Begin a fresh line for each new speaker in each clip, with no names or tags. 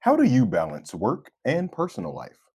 How do you balance work and personal life?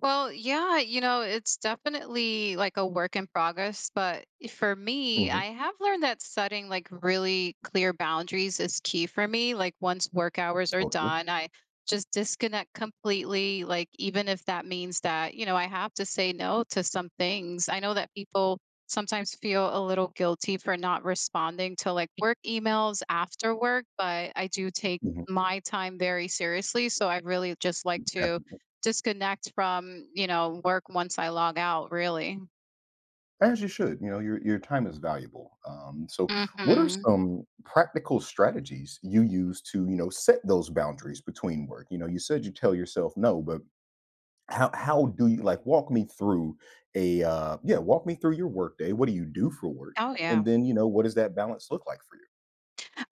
Well, yeah, it's definitely like a work in progress. But for me, I
Hmm.
have learned that setting like really clear boundaries is key for me. Like once work hours are
Totally.
done, I just disconnect completely. Like, even if that means that, I have to say no to some things. I know that people sometimes feel a little guilty for not responding to like work emails after work, but I do take
Hmm.
my time very seriously. So I really just like
Yeah,
to disconnect from, work once I log out, really.
as you should, you know, your time is valuable. So, what are
Mhm.
some practical strategies you use to, you know, set those boundaries between work? You know, you said you tell yourself no, but how do you like walk me through walk me through your work day? What do you do for work?
Oh, yeah.
And then, you know, what does that balance look like for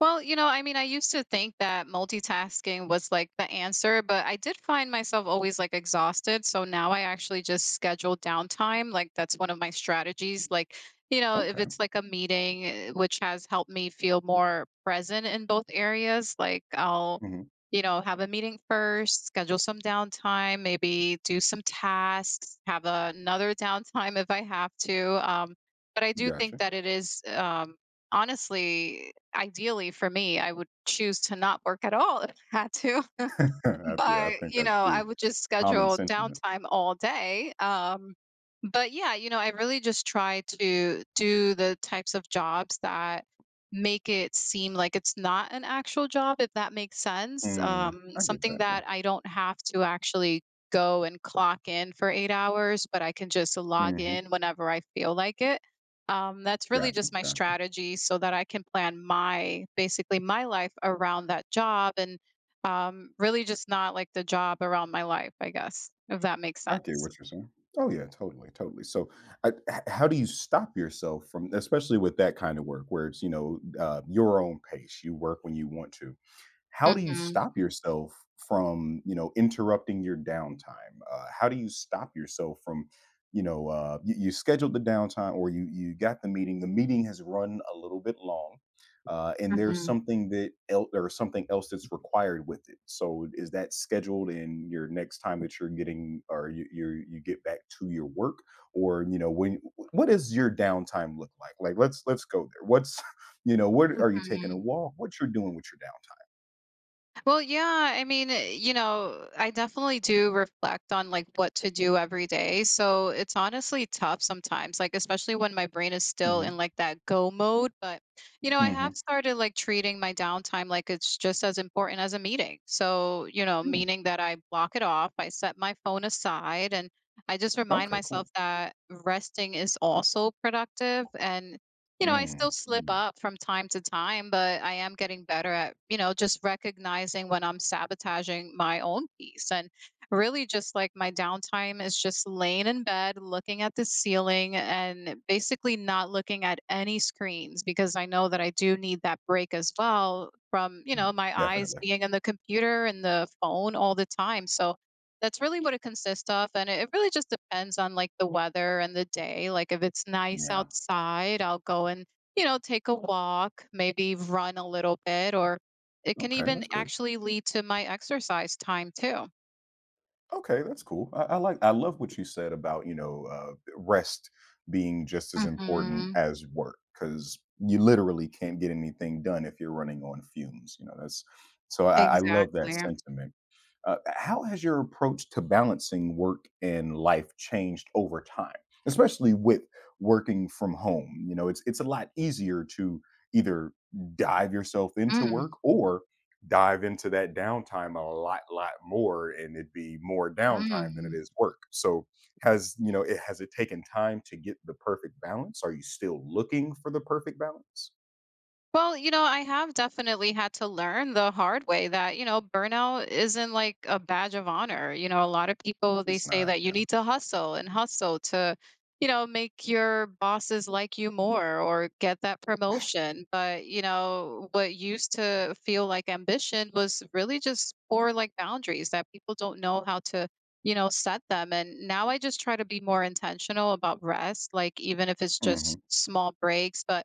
Well, I mean, I used to think that multitasking was like the answer, but I did find myself always like exhausted. So now I actually just schedule downtime. Like that's one of my strategies. Like,
you?
if
Okay.
it's like a meeting, which has helped me feel more present in both areas, like I'll,
Hmm.
have a meeting first, schedule some downtime, maybe do some tasks, have another downtime if I have to. But I do think
Gotcha.
that it is honestly ideally for me, I would choose to not work at all if I had to,
Yeah, I
but
think that's
I
the
would just
common
schedule
sentiment.
downtime all day. But yeah, I really just try to do the types of jobs that make it seem like it's not an actual job, if that makes sense.
I get
Something
that.
that I don't have to actually go and clock in for 8 hours, but I can just log
Mhm.
in whenever I feel like it. That's really
Gotcha,
just my
gotcha.
strategy so that I can plan my life around that job and really just not like the job around my life, I guess, if that makes
I get
sense.
what you're saying. Oh, yeah, totally, totally. So, I h how do you stop yourself from, especially with that kind of work where it's your own pace, you work when you want to. How do you
Mhm,
stop yourself from, interrupting your downtime? How do you stop yourself from, you scheduled the downtime, or you got the meeting. The meeting has run a little bit long, and there's
mhm,
something or something else that's required with it. So is that scheduled in your next time that you're getting, or you get back to your work, or you know when what does your downtime look like? Like let's go there. What's what are you taking a
mhm.
walk? What you're doing with your
Well, yeah, I mean, I definitely do reflect on like what to do every day. So it's honestly tough sometimes, like especially when my brain is still in
downtime?
like that go mode. But I have
Mhm.
started like treating my downtime like it's just as important as a meeting. So,
Mm,
meaning that I block it off, I set my phone aside, and I just remind
okay,
myself
cool.
that resting is also productive. And I still
Mm,
slip
mm,
up from time to time, but I am getting better at, just recognizing when I'm sabotaging my own peace. And really, just like my downtime is just laying in bed, looking at the ceiling, and basically not looking at any screens because I know that I do need that break as well from,
mm,
my eyes
definitely.
being on the computer and the phone all the time. So, that's really what it consists of, and it really just depends on, like, the weather and the day. Like, if it's nice
Yeah.
outside, I'll go and, take a walk, maybe run a little bit, or it can
Okay,
even
that's good.
actually lead to my exercise time too.
Okay, that's cool. I love what you said about, rest being just as important
Mhm.
as work, because you literally can't get anything done if you're running on fumes. You know that's so I love that
Exactly.
sentiment. How has your approach to balancing work and life changed over time, especially with working from home? You know, it's a lot easier to either dive yourself into
Mm,
work or dive into that downtime a lot more, and it'd be more downtime than it
mm.
is work. So has it taken time to get the perfect balance? Are you still looking for the perfect balance?
Well, I have definitely had to learn the hard way that, burnout isn't like a badge of honor. A lot of people, they
It's
say
not,
that you
yeah.
need to hustle and hustle to, make your bosses like you more or get that promotion. But, what used to feel like ambition was really just poor like boundaries that people don't know how to, set them. And now I just try to be more intentional about rest, like even if it's
Hmm.
just small breaks. But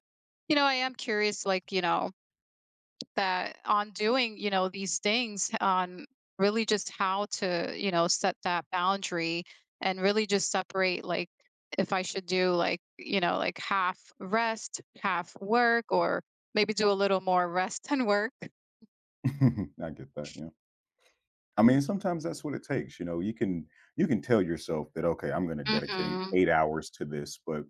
I am curious, like, that on doing, these things on really just how to, set that boundary and really just separate, like, if I should do, like, like half rest, half work, or maybe do a little more rest than work.
I get that, yeah. I mean, sometimes that's what it takes, you know. You can tell yourself that okay, I'm going to dedicate
Mm-hmm.
8 hours to this, but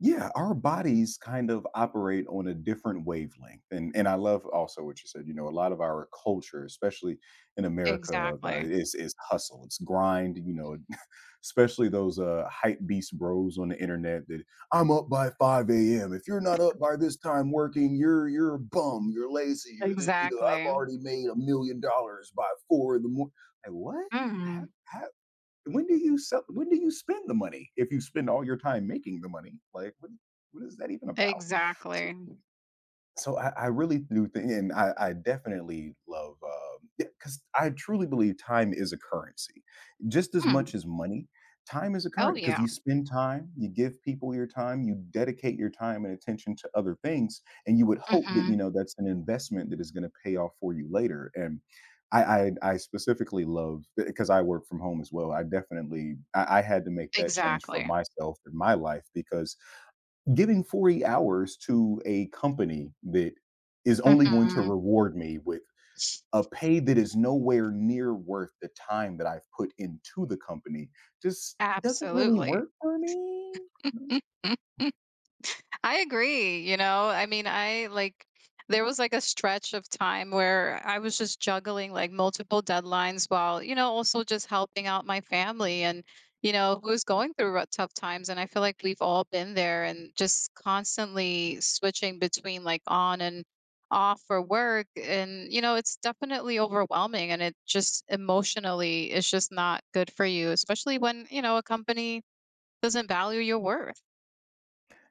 yeah, our bodies kind of operate on a different wavelength, and I love also what you said. You know, a lot of our culture, especially in America,
Exactly.
is hustle, it's grind. You know, especially those hype beast bros on the internet that I'm up by 5 a.m. If you're not up by this time working, you're a bum, you're lazy, you're the, you know I've
Exactly.
already made $1 million by 4 in the morning. Like what?
Hmm.
How when do you sell, when do you spend the money if you spend all your time making the money? Like, what is that even about? So
Exactly.
so I really do think, and I definitely love, because I truly believe time is a currency, just as much
Hmm.
as money. Time is a
Oh,
current because
yeah.
you spend time, you give people your time, you dedicate your time and attention to other things, and you would hope that
Hmm.
you know that's an investment that is going to pay off for you later. And I specifically love because I work from home as well. I had to make that change for
Exactly.
myself in my life, because giving 40 hours to a company that is only going to
Hmm.
reward me with a pay that is nowhere near worth the time that I've put into the company just doesn't really
Absolutely.
work for me. Mm.
I agree, I mean, I like, there was like a stretch of time where I was just juggling like multiple deadlines while, also just helping out my family and, who's going through tough times. And I feel like we've all been there, and just constantly switching between like on and off for work. And, it's definitely overwhelming and it just emotionally is just not good for you, especially when, a company doesn't value your worth.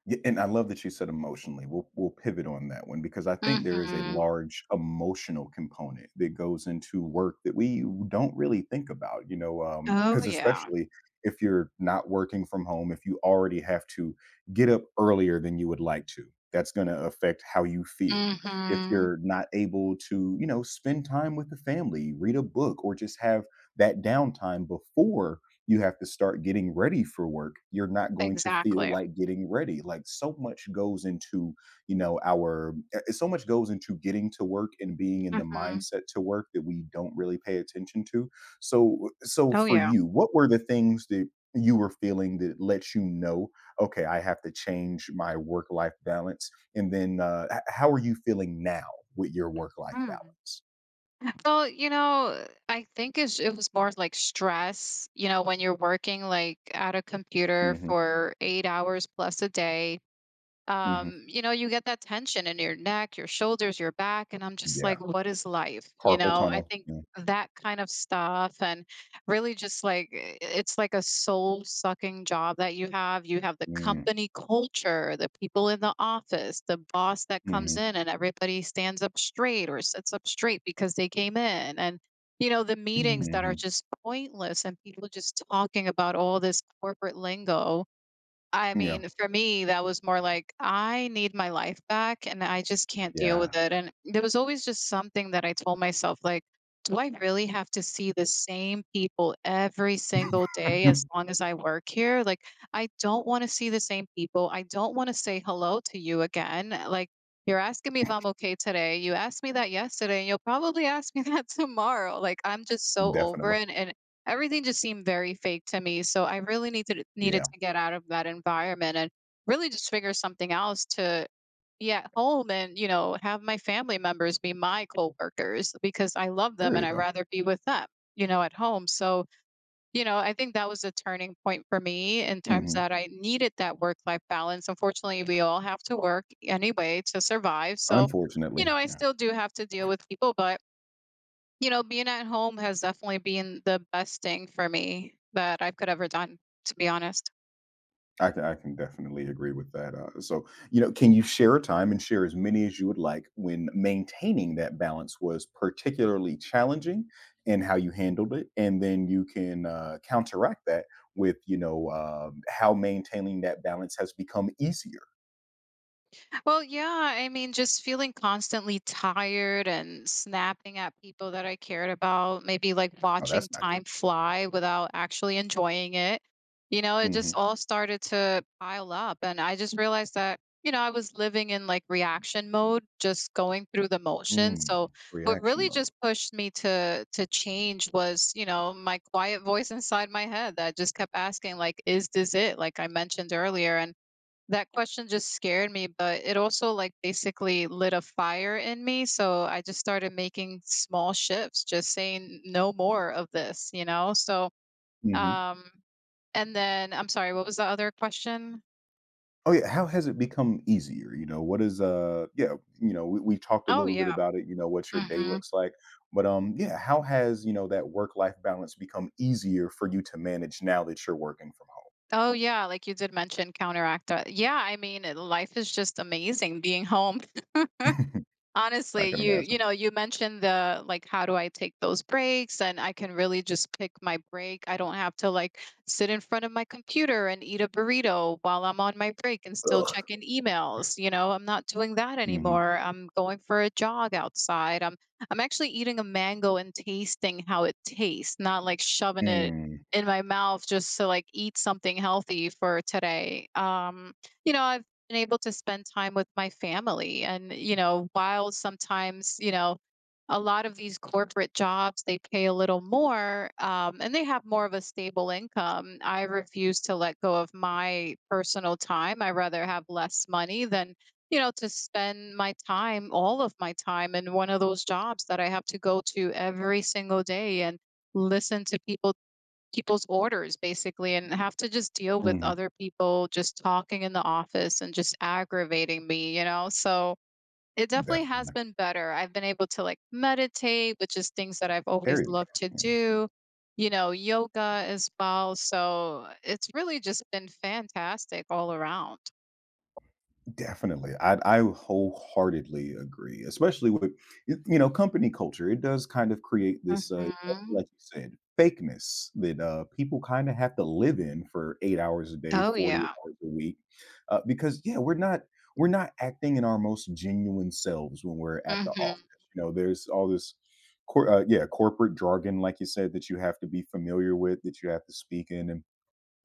Yeah, and I love that you said emotionally. We'll pivot on that one, because I think there is a
Hmm.
large emotional component that goes into work that we don't really think about,
Oh,
because
yeah.
especially if you're not working from home, if you already have to get up earlier than you would like to, that's going to affect how you feel. If
Mhm.
you're not able to spend time with the family, read a book, or just have that downtime before you have to start getting ready for work, you're not going to feel
Exactly.
like getting ready. Like so much goes into getting to work and being in the
Mhm.
mindset to work that we don't really pay attention to. So
Oh,
for
yeah.
you, what were the things that you were feeling that lets you know, okay, I have to change my work life balance? And then how are you feeling now with your work life
Mm.
balance?
Well, I think it was more like stress, when you're working like at a computer
Hmm.
for 8 hours plus a day,
Hmm.
you get that tension in your neck, your shoulders, your back. And I'm just like,
Yeah.
what is life?
Carpal
I
tunnel.
think
Yeah.
that kind of stuff and really just like, it's like a soul sucking job that you have. You have the company culture, the people in the office, the boss that comes
Mm-hmm.
in and everybody stands up straight or sits up straight because they came in. And the meetings that are
Mhm.
just pointless and people just talking about all this corporate lingo. I
Yeah.
mean, for me, that was more like, "I need my life back, and I just can't deal with
Yeah.
it," and there was always just something that I told myself, like, "Do I really have to see the same people every single day as long as I work here? Like, I don't wanna see the same people, I don't wanna say hello to you again, like, you're asking me if I'm okay today, you asked me that yesterday, and you'll probably ask me that tomorrow." Like, I'm just so over
Definitely.
it, and everything just seemed very fake to me, so I really needed
Yeah.
to get out of that environment and really just figure something else, to be at home and, have my family members be my coworkers because I love them
There
and
you
I'd
go.
rather be with them, at home. So, I think that was a turning point for me, in terms
Mhm.
that I needed that work-life balance. Unfortunately, we all have to work anyway to survive. So,
Unfortunately,
I
yeah.
still do have to deal with people, but being at home has definitely been the best thing for me that I could ever done, to be honest.
I can definitely agree with that, so, you know, can you share a time, and share as many as you would like, when maintaining that balance was particularly challenging, and how you handled it? And then you can, counteract that with how maintaining that balance has become easier.
Well, yeah, I mean, just feeling constantly tired and snapping at people that I cared about, maybe like
Oh,
watching
that's not good.
time fly without actually enjoying it. It just
Mhm.
all started to pile up. And I just realized that, I was living in like reaction mode, just going through the motion.
Mm.
So what
Reaction
really just
mode.
pushed me to change was, my quiet voice inside my head that just kept asking, like, is this it? Like I mentioned earlier. And that question just scared me, but it also like basically lit a fire in me. So I just started making small shifts, just saying no more of this, So,
Mhm.
um, and then, I'm sorry, what was the other question?
Oh yeah, how has it become easier? You know, what is yeah, you know, we talked a
Oh,
little bit
yeah.
about it, you know, what your day
Hmm.
looks like. But yeah, how has that work-life balance become easier for you to manage now that you're working from home?
Oh, yeah. Like you did mention counteract that. Yeah. I mean, life is just amazing being home.
I
Honestly,
can imagine.
you mentioned the, like, how do I take those breaks, and I can really just pick my break. I don't have to like sit in front of my computer and eat a burrito while I'm on my break and still
Ugh.
checking emails. I'm not doing that
Hmm.
anymore. I'm going for a jog outside. I'm actually eating a mango and tasting how it tastes, not like shoving it in my mouth just to like eat something healthy for today. I've been able to spend time with my family, and while sometimes, a lot of these corporate jobs they pay a little more, and they have more of a stable income. I refuse to let go of my personal time. I rather have less money than, to spend my time all of my time in one of those jobs that I have to go to every single day and listen to people's orders basically, and have to just deal with
Mm-hmm.
other people just talking in the office and just aggravating me, So it definitely has
Definitely.
been better. I've been able to like meditate, which is things that I've
There
always
you go.
loved to
Yeah.
do, yoga as well. So it's really just been fantastic all around.
Definitely. I wholeheartedly agree, especially with company culture. It does kind of create this, exactly
Hmm.
like you said, fakeness that, people kinda have to live in for 8 hours a day,
Oh,
40
yeah.
hours a week, because, yeah, we're not acting in our most genuine selves when we're at the
Hmm.
office. You know, there's all this corporate jargon, like you said, that you have to be familiar with, that you have to speak in, and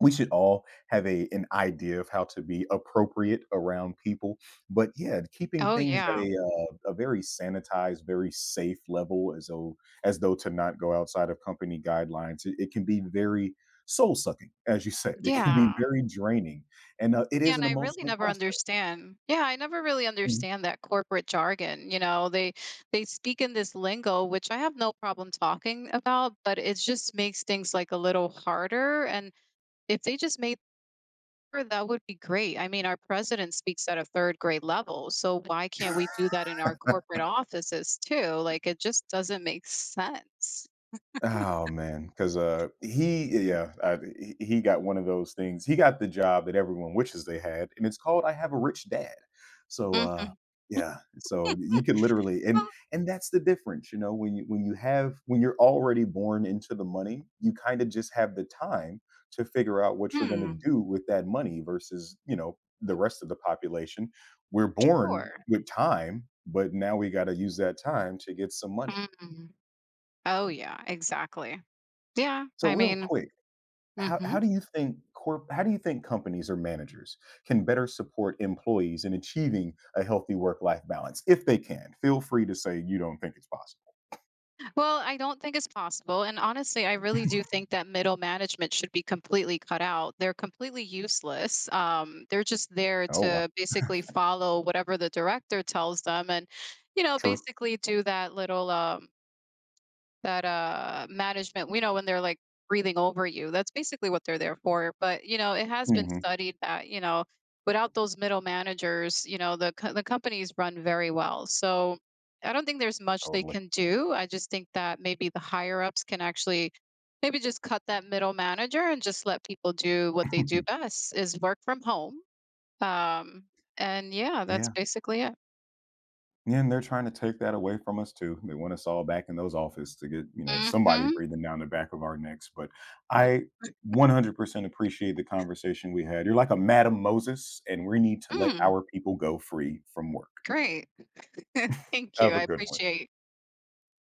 we should all have a an idea of how to be appropriate around people. But yeah, keeping
Oh,
things at
yeah.
a very sanitized, very safe level, as though to not go outside of company guidelines, it can be very soul sucking, as you said. It can be
Yeah.
very draining, and it
Yeah,
is
and
an
I really
emotional
never
process.
understand. Yeah, I never really understand that corporate jargon. They speak in this lingo, which I have no problem talking about, but it just makes things like a little harder. And if they just made sure, that would be great. I mean, our president speaks at a third grade level, so why can't we do that in our corporate offices too? Like, it just doesn't make sense.
Oh man, because he yeah, I, he got one of those things. He got the job that everyone wishes they had, and it's called "I Have a Rich Dad." So
Mhm.
uh, yeah, so you could literally, and that's the difference, you know, when you have when you're already born into the money, you kind of just have the time to figure out what you're going to
Hmm.
do with that money, versus the rest of the population. We're born
Sure.
with time, but now we got to use that time to get some money.
Mm. Oh yeah, exactly. Yeah,
So
I
real
mean.
quick, how
Mhm.
how do you think corp how do you think companies or managers can better support employees in achieving a healthy work life balance, if they can? Feel free to say you don't think it's possible.
Well, I don't think it's possible. And honestly, I really do think that middle management should be completely cut out. They're completely useless. They're just there
Oh, wow.
to basically follow whatever the director tells them and,
True.
basically do that little that management we know when they're like breathing over you. That's basically what they're there for. But it has been
Hmm.
studied that, without those middle managers, the the companies run very well. So I don't think there's much they
Totally.
can do. I just think that maybe the higher ups can actually maybe just cut that middle manager and just let people do what they do best, is work from home. um and yeah, that's
Yeah.
basically it.
Yeah, and they're trying to take that away from us too. They want us all back in those offices to get, you know, somebody
Hmm.
breathing down the back of our necks. But I 100% appreciate the conversation we had. You're like a Madam Moses, and we need to let
Mm,
our people go free from work.
great, thank you,
Have a
I
good one.
appreciate